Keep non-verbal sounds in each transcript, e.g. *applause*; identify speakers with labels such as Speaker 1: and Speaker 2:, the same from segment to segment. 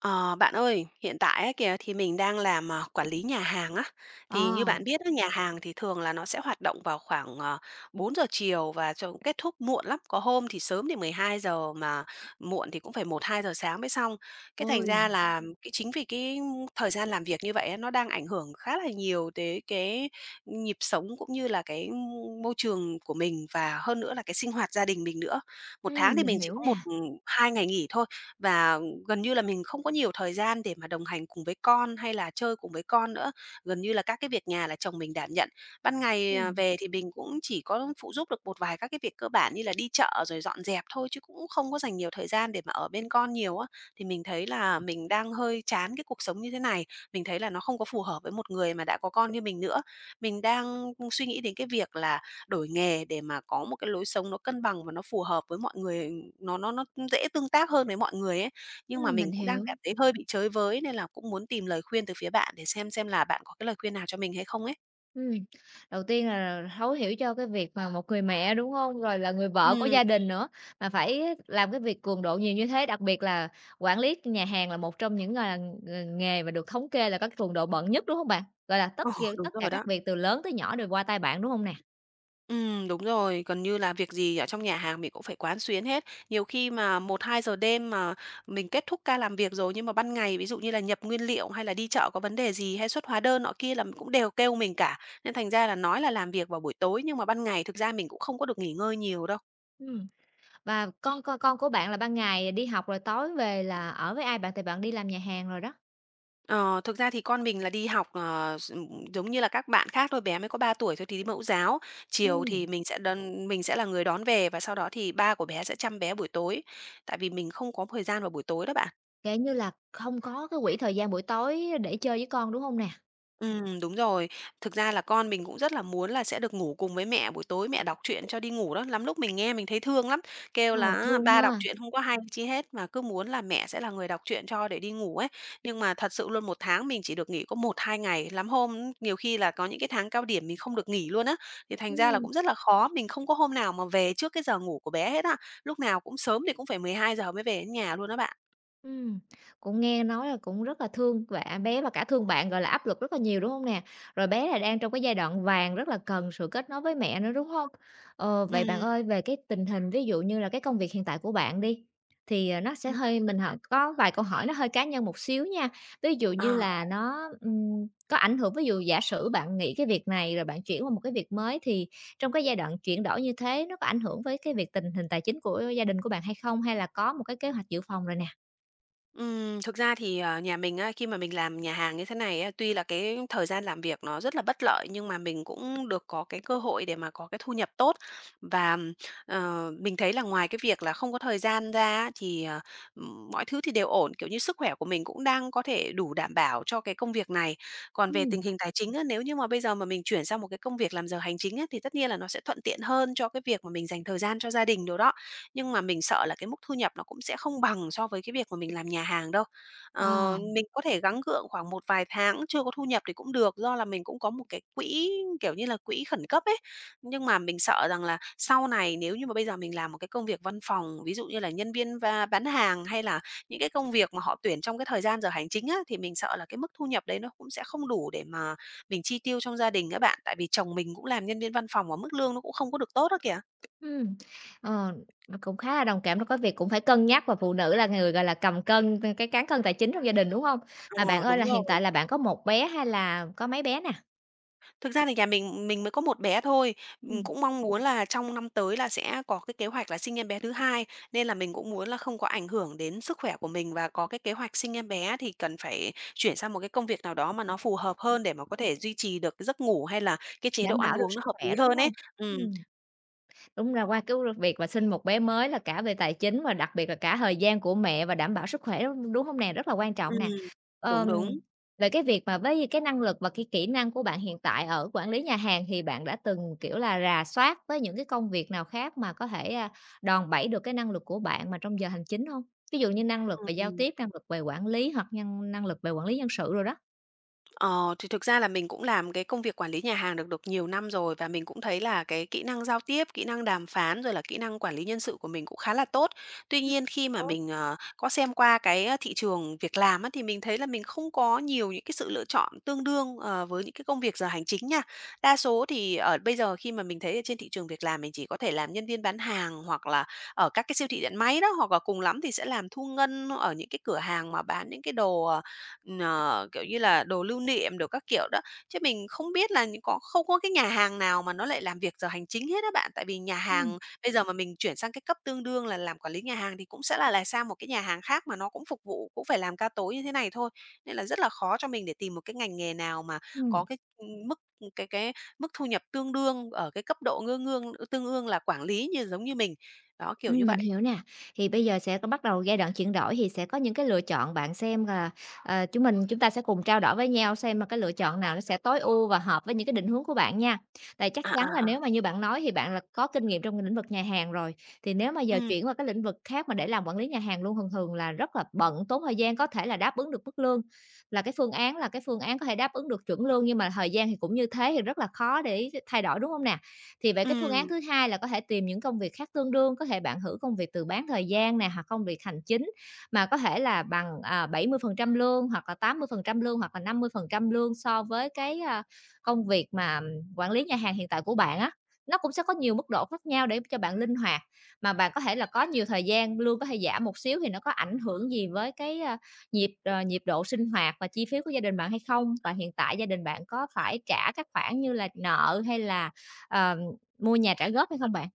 Speaker 1: Ờ, Bạn ơi, hiện tại á kìa thì mình đang làm, quản lý nhà hàng á. Thì như
Speaker 2: Ờ,
Speaker 1: bạn biết á, nhà hàng thì thường là nó sẽ hoạt động vào khoảng, 4 giờ chiều và cho cũng kết thúc muộn lắm. Có hôm thì sớm thì 12 giờ, mà muộn thì cũng phải một hai giờ sáng mới xong. Cái thành
Speaker 2: ôi,
Speaker 1: ra là cái chính vì cái thời gian làm việc như vậy á, nó đang ảnh hưởng khá là nhiều tới cái nhịp sống cũng như là cái môi trường của mình, và hơn nữa là cái sinh hoạt gia đình mình nữa. Một tháng thì
Speaker 2: mình
Speaker 1: mình chỉ
Speaker 2: hiểu
Speaker 1: có một,
Speaker 2: nè,
Speaker 1: 2 ngày nghỉ thôi, và gần như là mình không có nhiều thời gian để mà đồng hành cùng với con hay là chơi cùng với con nữa. Gần như là các cái việc nhà là chồng mình đảm nhận. Ban ngày,
Speaker 2: ừm,
Speaker 1: về thì mình cũng chỉ có phụ giúp được một vài các cái việc cơ bản như là đi chợ rồi dọn dẹp thôi, chứ cũng không có dành nhiều thời gian để mà ở bên con nhiều á. Thì mình thấy là mình đang hơi chán cái cuộc sống như thế này, mình thấy là nó không có phù hợp với một người mà đã có con như mình nữa. Mình đang suy nghĩ đến cái việc là đổi nghề để mà có một cái lối sống nó cân bằng và nó phù hợp với mọi người, nó dễ tương tác hơn với mọi người ấy. Nhưng mà mình
Speaker 2: mình
Speaker 1: cũng đang
Speaker 2: hiểu.
Speaker 1: cảm thấy hơi bị chới với, nên là cũng muốn tìm lời khuyên từ phía bạn để xem là bạn có cái lời khuyên nào cho mình hay không ấy.
Speaker 2: Ừm. Đầu tiên là thấu hiểu cho cái việc mà một người mẹ, đúng hông? Rồi là người vợ của
Speaker 1: Ừm,
Speaker 2: gia đình nữa, mà phải làm cái việc cường độ nhiều như thế, đặc biệt là quản lý nhà hàng là một trong những, à, ng nghề mà được thống kê là có cường độ bận nhất, đúng hông bạn? Gọi là,
Speaker 1: ờ, đúng
Speaker 2: tất cả
Speaker 1: rồi đó.
Speaker 2: các việc từ lớn tới nhỏ đều qua tay bạn, đúng hông nè?
Speaker 1: Đúng rồi, gần như là việc gì ở trong nhà hàng mình cũng phải quán xuyến hết. Nhiều khi mà một hai giờ đêm mà mình kết thúc ca làm việc rồi, nhưng mà ban ngày ví dụ như là nhập nguyên liệu hay là đi chợ có vấn đề gì hay xuất hóa đơn nọ kia là cũng đều kêu mình cả. Nên thành ra là nói là làm việc vào buổi tối, nhưng mà ban ngày thực ra mình cũng không có được nghỉ ngơi nhiều đâu.
Speaker 2: Ừm, và con của bạn là ban ngày đi học rồi tối về là ở với ai bạn? Tại bạn đi làm nhà hàng rồi đó.
Speaker 1: Ờ, thực ra thì con mình là đi học, ờ, s giống như là các bạn khác thôi, bé mới có 3 tuổi thôi thì đi mẫu giáo. Chiều thì
Speaker 2: Ừm.
Speaker 1: mình sẽ là người đón về, và sau đó thì ba của bé sẽ chăm bé buổi tối, tại vì mình không có thời gian vào buổi tối đó bạn.
Speaker 2: Kiểu như là, không có cái quỹ thời gian buổi tối để chơi với con, đúng hông nè?
Speaker 1: Đúng rồi. Thực ra là con mình cũng rất là muốn là sẽ được ngủ cùng với mẹ, buổi tối mẹ đọc truyện cho đi ngủ đó. Lắm lúc mình nghe mình thấy thương lắm, kêu
Speaker 2: Ờ,
Speaker 1: là
Speaker 2: thương
Speaker 1: "Ba đọc
Speaker 2: ha.
Speaker 1: truyện không có hay chi hết, mà cứ muốn là mẹ sẽ là người đọc truyện cho để đi ngủ" ấy. Nhưng mà thật sự luôn một tháng mình chỉ được nghỉ có một hai ngày, lắm hôm nhiều khi là có những cái tháng cao điểm mình không được nghỉ luôn á, thì thành ra là
Speaker 2: Ừm.
Speaker 1: cũng rất là khó, mình không có hôm nào mà về trước cái giờ ngủ của bé hết á. Lúc nào cũng sớm thì cũng phải 12 giờ mới về đến nhà luôn đó bạn.
Speaker 2: Ừm, cũng nghe nói là cũng rất là thương bạn bé và cả thương bạn, gọi là, áp lực rất là nhiều, đúng không nè? Rồi bé là đang trong cái giai đoạn vàng rất là cần sự kết nối với mẹ nữa, đúng không? Ờ, vậy bạn
Speaker 1: Ừm,
Speaker 2: ơi, về cái tình hình ví dụ như là cái công việc hiện tại của bạn đi, thì, nó sẽ
Speaker 1: ừm.
Speaker 2: hơi mình hỏi có vài câu hỏi nó hơi cá nhân một xíu nha. Ví dụ như
Speaker 1: Ờ.
Speaker 2: là nó, có ảnh hưởng ví dụ giả sử bạn nghỉ cái việc này rồi bạn chuyển qua một cái việc mới thì trong cái giai đoạn chuyển đổi như thế nó có ảnh hưởng với cái việc tình hình tài chính của gia đình của bạn hay không? Hay là có một cái kế hoạch dự phòng rồi nè?
Speaker 1: Thực ra thì, nhà mình á, khi mà mình làm nhà hàng như thế này á, tuy là cái thời gian làm việc nó rất là bất lợi, nhưng mà mình cũng được có cái cơ hội để mà có cái thu nhập tốt. Và, mình thấy là ngoài cái việc là không có thời gian ra á, thì, mọi thứ thì đều ổn, kiểu như, sức khỏe của mình cũng đang có thể đủ đảm bảo cho cái công việc này. Còn về
Speaker 2: Ừm,
Speaker 1: tình hình tài chính á, nếu như mà bây giờ mà mình chuyển sang một cái công việc làm giờ hành chính á, thì tất nhiên là nó sẽ thuận tiện hơn cho cái việc mà mình dành thời gian cho gia đình đồ đó. Nhưng mà mình sợ là cái mức thu nhập nó cũng sẽ không bằng so với cái việc mà mình làm nhà hàng đâu.
Speaker 2: ờ,
Speaker 1: Mình có thể gắng gượng khoảng một vài tháng chưa có thu nhập thì cũng được, do là mình cũng có một cái quỹ, kiểu như là, quỹ khẩn cấp ấy. Nhưng mà mình sợ rằng là sau này nếu như mà bây giờ mình làm một cái công việc văn phòng, ví dụ như là nhân viên va bán hàng hay là những cái công việc mà họ tuyển trong cái thời gian giờ hành chính á, thì mình sợ là cái mức thu nhập đấy nó cũng sẽ không đủ để mà mình chi tiêu trong gia đình các bạn. Tại vì chồng mình cũng làm nhân viên văn phòng và mức lương nó cũng không có được tốt á kìa.
Speaker 2: ừm, ờ, mình cũng khá là đồng cảm đó. Có việc cũng phải cân nhắc và phụ nữ là người, gọi là, cầm cân cái cán cân tài chính trong gia đình, đúng hông? Mà bạn
Speaker 1: Ờ,
Speaker 2: ơi
Speaker 1: đúng
Speaker 2: là hiện
Speaker 1: rồi.
Speaker 2: tại là bạn có một bé hay là có mấy bé nè?
Speaker 1: Thực ra thì nhà mình mới có một bé thôi.
Speaker 2: Ừm,
Speaker 1: Cũng mong muốn là trong năm tới là sẽ có cái kế hoạch là sinh em bé thứ hai, nên là mình cũng muốn là không có ảnh hưởng đến sức khỏe của mình, và có cái kế hoạch sinh em bé thì cần phải chuyển sang một cái công việc nào đó mà nó phù hợp hơn để mà có thể duy trì được cái giấc ngủ hay là cái chế độ
Speaker 2: đảm
Speaker 1: ăn
Speaker 2: bảo được
Speaker 1: uống nó
Speaker 2: sức
Speaker 1: hợp lý
Speaker 2: khỏe, đúng
Speaker 1: hơn ấy.
Speaker 2: hông?
Speaker 1: Ừm,
Speaker 2: Ừm. Đúng ra qua cái việc mà sinh một bé mới là cả về tài chính và đặc biệt là cả thời gian của mẹ và đảm bảo sức khỏe, đúng đúng hông nè? Rất là quan
Speaker 1: ừm,
Speaker 2: trọng nè.
Speaker 1: đúng,
Speaker 2: Ờm,
Speaker 1: đúng,
Speaker 2: về cái việc mà với cái năng lực và cái kỹ năng của bạn hiện tại ở quản lý nhà hàng thì bạn đã từng, kiểu là, rà soát với những cái công việc nào khác mà có thể, đòn bẩy được cái năng lực của bạn mà trong giờ hành chính không? Ví dụ như năng lực về giao
Speaker 1: ừm.
Speaker 2: tiếp, năng lực về quản lý hoặc năng lực về quản lý nhân sự rồi đó.
Speaker 1: Ờ, thì thực ra là mình cũng làm cái công việc quản lý nhà hàng được được nhiều năm rồi, và mình cũng thấy là cái kỹ năng giao tiếp, kỹ năng đàm phán rồi là kỹ năng quản lý nhân sự của mình cũng khá là tốt. Tuy nhiên khi mà
Speaker 2: Có.
Speaker 1: mình, có xem qua cái thị trường việc làm á, thì mình thấy là mình không có nhiều những cái sự lựa chọn tương đương, với những cái công việc giờ hành chính nha. Đa số thì ở bây giờ khi mà mình thấy ở trên thị trường việc làm, mình chỉ có thể làm nhân viên bán hàng hoặc là ở các cái siêu thị điện máy đó, hoặc là cùng lắm thì sẽ làm thu ngân ở những cái cửa hàng mà bán những cái đồ, kiểu như là, đồ lưu niệm đồ các kiểu đó, chứ mình không biết là những có không có cái nhà hàng nào mà nó lại làm việc giờ hành chính hết á bạn. Tại vì nhà
Speaker 2: Ừm,
Speaker 1: hàng bây giờ mà mình chuyển sang cái cấp tương đương là làm quản lý nhà hàng thì cũng sẽ là sang một cái nhà hàng khác mà nó cũng phục vụ, cũng phải làm ca tối như thế này thôi, nên là rất là khó cho mình để tìm một cái ngành nghề nào mà có
Speaker 2: ừm.
Speaker 1: cái, cái mức thu nhập tương đương ở cái cấp độ ngương ngương tương ương là quản lý như giống như mình. Đó, kiểu như
Speaker 2: Ừm,
Speaker 1: vậy.
Speaker 2: mình hiểu nè. Thì bây giờ sẽ có bắt đầu giai đoạn chuyển đổi thì sẽ có những cái lựa chọn, bạn xem là, chúng ta sẽ cùng trao đổi với nhau xem mà cái lựa chọn nào nó sẽ tối ưu và hợp với những cái định hướng của bạn nha. Tại chắc
Speaker 1: À,
Speaker 2: chắn là
Speaker 1: à, à.
Speaker 2: nếu mà như bạn nói thì bạn là có kinh nghiệm trong lĩnh vực nhà hàng rồi, thì nếu mà giờ
Speaker 1: Ừm,
Speaker 2: chuyển qua cái lĩnh vực khác mà để làm quản lý nhà hàng luôn thường thường là rất là bận, tốn thời gian, có thể là đáp ứng được mức lương, là cái phương án có thể đáp ứng được chuẩn lương nhưng mà thời gian thì cũng như thế thì rất là khó để thay đổi, đúng không nè? Thì vậy cái phương án
Speaker 1: ừm.
Speaker 2: thứ hai là có thể tìm những công việc khác tương đương, có thể bạn thử công việc từ bán thời gian nè, hoặc công việc hành chính mà có thể là bằng, 70% lương hoặc là 80% lương hoặc là 50% lương so với cái, công việc mà quản lý nhà hàng hiện tại của bạn á. Nó cũng sẽ có nhiều mức độ khác nhau để cho bạn linh hoạt, mà bạn có thể là có nhiều thời gian, lương có thể giảm một xíu thì nó có ảnh hưởng gì với cái, nhịp độ sinh hoạt và chi phí của gia đình bạn hay không? Và hiện tại gia đình bạn có phải trả các khoản như là nợ hay là, ờ, Mua nhà trả góp hay không bạn?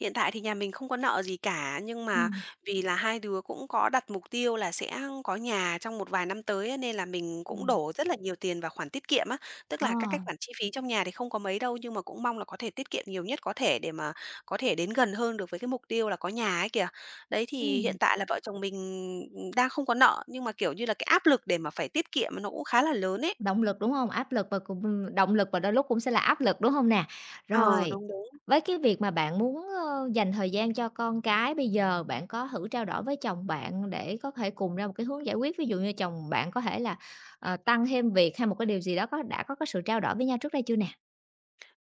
Speaker 1: Hiện tại thì nhà mình không có nợ gì cả, nhưng mà
Speaker 2: Ừm,
Speaker 1: vì là hai đứa cũng có đặt mục tiêu là sẽ có nhà trong một vài năm tới á, nên là mình cũng
Speaker 2: Ừm.
Speaker 1: đổ rất là nhiều tiền vào khoản tiết kiệm á. Tức
Speaker 2: ờ,
Speaker 1: là các cái khoản chi phí trong nhà thì không có mấy đâu, nhưng mà cũng mong là có thể tiết kiệm nhiều nhất có thể để mà có thể đến gần hơn được với cái mục tiêu là có nhà ấy kìa. Đấy, thì hiện
Speaker 2: ừm,
Speaker 1: tại là vợ chồng mình đang không có nợ, nhưng mà, kiểu như là, cái áp lực để mà phải tiết kiệm nó cũng khá là lớn ấy.
Speaker 2: động lực, đúng hông? Áp lực và cùng động lực và đôi lúc cũng sẽ là áp lực, đúng hông nè?
Speaker 1: Ờ,
Speaker 2: Rồi,
Speaker 1: đúng, đúng.
Speaker 2: với cái việc mà bạn muốn, dành thời gian cho con cái bây giờ, bạn có thử trao đổi với chồng bạn để có thể cùng ra một cái hướng giải quyết? Ví dụ như chồng bạn có thể là, tăng thêm việc hay một cái điều gì đó đã có cái sự trao đổi với nhau trước đây chưa nè?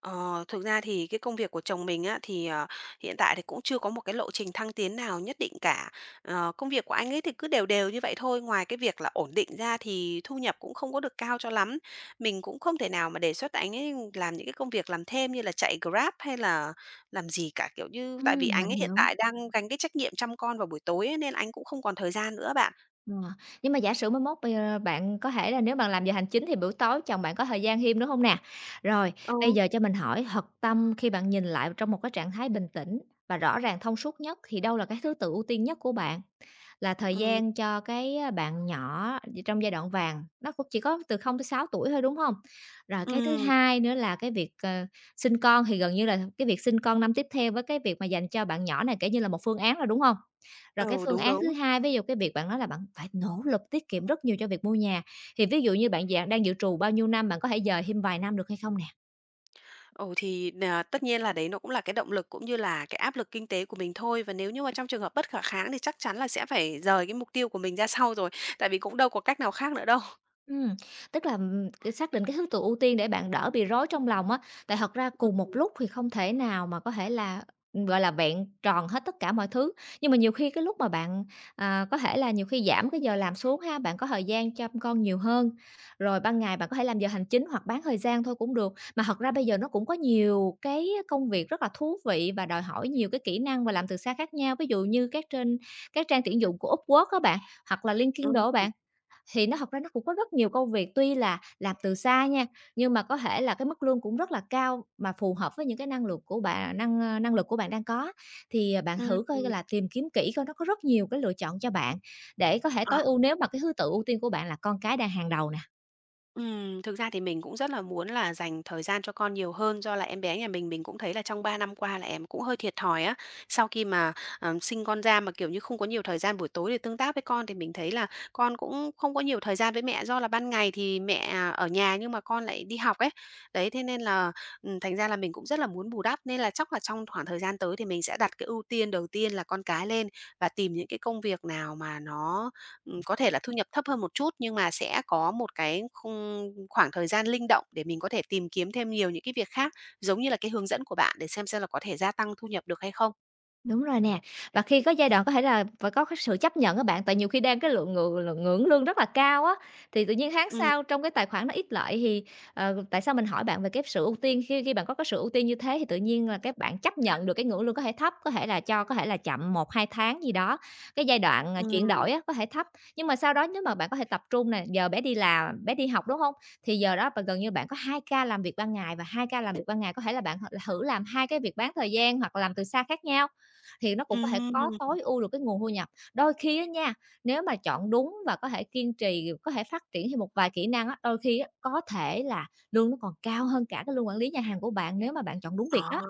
Speaker 1: Ờ, thực ra thì cái công việc của chồng mình á, thì, hiện tại thì cũng chưa có một cái lộ trình thăng tiến nào nhất định cả. Công việc của anh ấy thì cứ đều đều như vậy thôi, ngoài cái việc là ổn định ra thì thu nhập cũng không có được cao cho lắm. Mình cũng không thể nào mà đề xuất anh ấy làm những cái công việc làm thêm như là chạy Grab hay là làm gì cả, kiểu như tại vì
Speaker 2: Ừm,
Speaker 1: anh
Speaker 2: mình
Speaker 1: ấy hiện
Speaker 2: hiểu.
Speaker 1: tại đang gánh cái trách nhiệm chăm con vào buổi tối ấy, nên anh cũng không còn thời gian nữa bạn.
Speaker 2: Ờ, nhưng mà giả sử mới mốt bây giờ bạn có thể là nếu bạn làm giờ hành chính thì buổi tối chồng bạn có thời gian thêm, đúng không nè? Rồi, bây
Speaker 1: Ừ,
Speaker 2: giờ cho mình hỏi thật tâm khi bạn nhìn lại trong một cái trạng thái bình tĩnh và rõ ràng thông suốt nhất thì đâu là cái thứ tự ưu tiên nhất của bạn? Là thời
Speaker 1: ừm,
Speaker 2: gian cho cái, bạn nhỏ trong giai đoạn vàng, nó cũng chỉ có từ 0 tới 6 tuổi thôi, đúng hông? Rồi cái thứ
Speaker 1: ừm,
Speaker 2: hai nữa là cái việc, sinh con thì gần như là cái việc sinh con năm tiếp theo với cái việc mà dành cho bạn nhỏ này kể như là một phương án rồi, đúng hông? Rồi cái
Speaker 1: ừ,
Speaker 2: phương
Speaker 1: đúng,
Speaker 2: án
Speaker 1: đúng.
Speaker 2: thứ hai, ví dụ cái việc bạn nói là bạn phải nỗ lực tiết kiệm rất nhiều cho việc mua nhà, thì ví dụ như bạn đang dự trù bao nhiêu năm, bạn có thể dời thêm vài năm được hay không nè?
Speaker 1: Ồ thì tất nhiên là đấy, nó cũng là cái động lực cũng như là cái áp lực kinh tế của mình thôi, và nếu như mà trong trường hợp bất khả kháng thì chắc chắn là sẽ phải rời cái mục tiêu của mình ra sau rồi, tại vì cũng đâu có cách nào khác nữa đâu.
Speaker 2: Ừm, tức là, cái xác định cái thứ tự ưu tiên để bạn đỡ bị rối trong lòng á, tại thật ra
Speaker 1: Ừm,
Speaker 2: cùng một
Speaker 1: ừm,
Speaker 2: lúc thì không thể nào mà có thể là, gọi là, vẹn tròn hết tất cả mọi thứ. Nhưng mà nhiều khi cái lúc mà bạn, có thể là nhiều khi giảm cái giờ làm xuống ha, bạn có thời gian chăm con nhiều hơn, rồi ban ngày bạn có thể làm giờ hành chính hoặc bán thời gian thôi cũng được. Mà thật ra bây giờ nó cũng có nhiều cái công việc rất là thú vị và đòi hỏi nhiều cái kỹ năng và làm từ xa khác nhau, ví dụ như các trang tuyển dụng của Upwork á bạn, hoặc là LinkedIn
Speaker 1: ừm,
Speaker 2: đồ á bạn, thì nó thật ra nó cũng có rất nhiều công việc tuy là làm từ xa nha, nhưng mà có thể là cái mức lương cũng rất là cao mà phù hợp với những cái năng lực của bạn năng lực của bạn đang có. Thì, bạn
Speaker 1: ừm,
Speaker 2: thử coi là tìm kiếm kỹ coi nó có rất nhiều cái lựa chọn cho bạn để có thể
Speaker 1: ờ.
Speaker 2: tối ưu nếu mà cái thứ tự ưu tiên của bạn là con cái đang hàng đầu nè.
Speaker 1: Thực ra thì mình cũng rất là muốn là dành thời gian cho con nhiều hơn, do là em bé nhà mình cũng thấy là trong 3 năm qua là em cũng hơi thiệt thòi á. Sau khi mà, sinh con ra mà, kiểu như, không có nhiều thời gian buổi tối để tương tác với con, thì mình thấy là con cũng không có nhiều thời gian với mẹ, do là ban ngày thì mẹ ở nhà nhưng mà con lại đi học ấy. Đấy, thế nên là, thành ra là mình cũng rất là muốn bù đắp, nên là chắc là trong khoảng thời gian tới thì mình sẽ đặt cái ưu tiên đầu tiên là con cái lên và tìm những cái công việc nào mà nó có thể là thu nhập thấp hơn một chút, nhưng mà sẽ có một cái khung khoảng thời gian linh động để mình có thể tìm kiếm thêm nhiều những cái việc khác, giống như là cái hướng dẫn của bạn, để xem là có thể gia tăng thu nhập được hay không.
Speaker 2: Đúng rồi nè. Và khi có giai đoạn có thể là phải có cái sự chấp nhận á bạn, tại nhiều khi đang cái lượng ngừ lượng ngưỡng lương rất là cao á, thì tự nhiên tháng
Speaker 1: Ừm,
Speaker 2: sau trong cái tài khoản nó ít lợi thì, tại sao mình hỏi bạn về cái sự ưu tiên, khi khi bạn có cái sự ưu tiên như thế thì tự nhiên là các bạn chấp nhận được cái ngưỡng lương có thể thấp, có thể là cho có thể là chậm một 2 tháng gì đó, cái giai đoạn, chuyển
Speaker 1: ừm,
Speaker 2: đổi á có thể thấp. Nhưng mà sau đó nếu mà bạn có thể tập trung nè, giờ bé đi học, đúng không? Thì giờ đó bạn gần như bạn có 2 ca làm việc ban ngày có thể là bạn thử làm 2 cái việc bán thời gian hoặc là làm từ xa khác nhau thì nó cũng có thể có
Speaker 1: ừm,
Speaker 2: tối ưu được cái nguồn thu nhập. Đôi khi á nha, nếu mà chọn đúng và có thể kiên trì, có thể phát triển thêm một vài kỹ năng á, đôi khi á, có thể là lương nó còn cao hơn cả cái lương quản lý nhà hàng của bạn nếu mà bạn chọn đúng việc
Speaker 1: à.
Speaker 2: đó.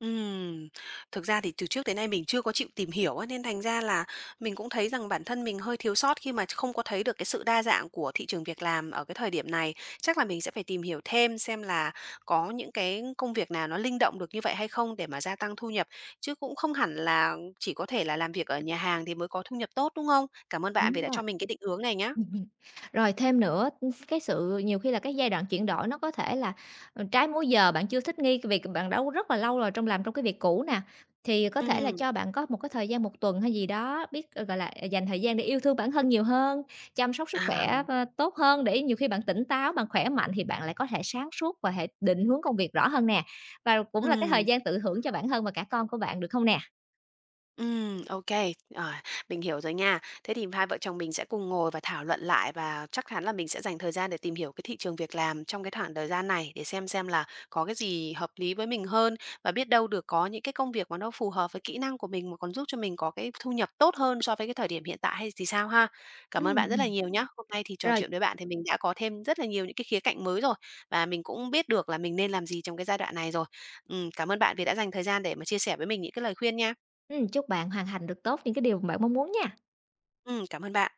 Speaker 1: Ừm, thực ra thì từ trước đến nay mình chưa có chịu tìm hiểu ấy, nên thành ra là mình cũng thấy rằng bản thân mình hơi thiếu sót khi mà không có thấy được cái sự đa dạng của thị trường việc làm ở cái thời điểm này. Chắc là mình sẽ phải tìm hiểu thêm xem là có những cái công việc nào nó linh động được như vậy hay không, để mà gia tăng thu nhập, chứ cũng không hẳn là chỉ có thể là làm việc ở nhà hàng thì mới có thu nhập tốt, đúng không? Cảm ơn bạn
Speaker 2: Đúng
Speaker 1: vì đã cho
Speaker 2: rồi.
Speaker 1: mình cái định hướng này nhá.
Speaker 2: *laughs* Ừm. Rồi thêm nữa, cái sự nhiều khi là cái giai đoạn chuyển đổi nó có thể là, trái múi giờ, bạn chưa thích nghi cái việc bạn đã rất là lâu rồi làm trong cái việc cũ nè, thì có thể là
Speaker 1: Ừm.
Speaker 2: cho bạn có một cái thời gian một tuần hay gì đó, biết, gọi là, dành thời gian để yêu thương bản thân nhiều hơn, chăm sóc sức
Speaker 1: À.
Speaker 2: khỏe, tốt hơn để nhiều khi bạn tỉnh táo, bạn khỏe mạnh thì bạn lại có thể sáng suốt và định hướng công việc rõ hơn nè, và cũng là cái thời
Speaker 1: Ừm.
Speaker 2: gian tận hưởng cho bản thân và cả con của bạn, được không nè?
Speaker 1: Ok kê, mình hiểu rồi nha. Thế thì hai vợ chồng mình sẽ cùng ngồi và thảo luận lại, và chắc chắn là mình sẽ dành thời gian để tìm hiểu cái thị trường việc làm trong cái khoảng thời gian này, để xem là có cái gì hợp lý với mình hơn, và biết đâu được có những cái công việc mà nó phù hợp với kỹ năng của mình mà còn giúp cho mình có cái thu nhập tốt hơn so với cái thời điểm hiện tại hay thì sao ha. Cảm
Speaker 2: Ừm,
Speaker 1: ơn bạn rất là
Speaker 2: ừm.
Speaker 1: nhiều nhá. Hôm nay thì trò
Speaker 2: Rồi,
Speaker 1: chuyện với bạn thì mình đã có thêm rất là nhiều những cái khía cạnh mới rồi, và mình cũng biết được là mình nên làm gì trong cái giai đoạn này rồi. Cảm ơn bạn vì đã dành thời gian để mà chia sẻ với mình những cái lời khuyên nha.
Speaker 2: chúc bạn hoàn thành được tốt những cái điều mà bạn mong muốn nha.
Speaker 1: Cảm ơn bạn.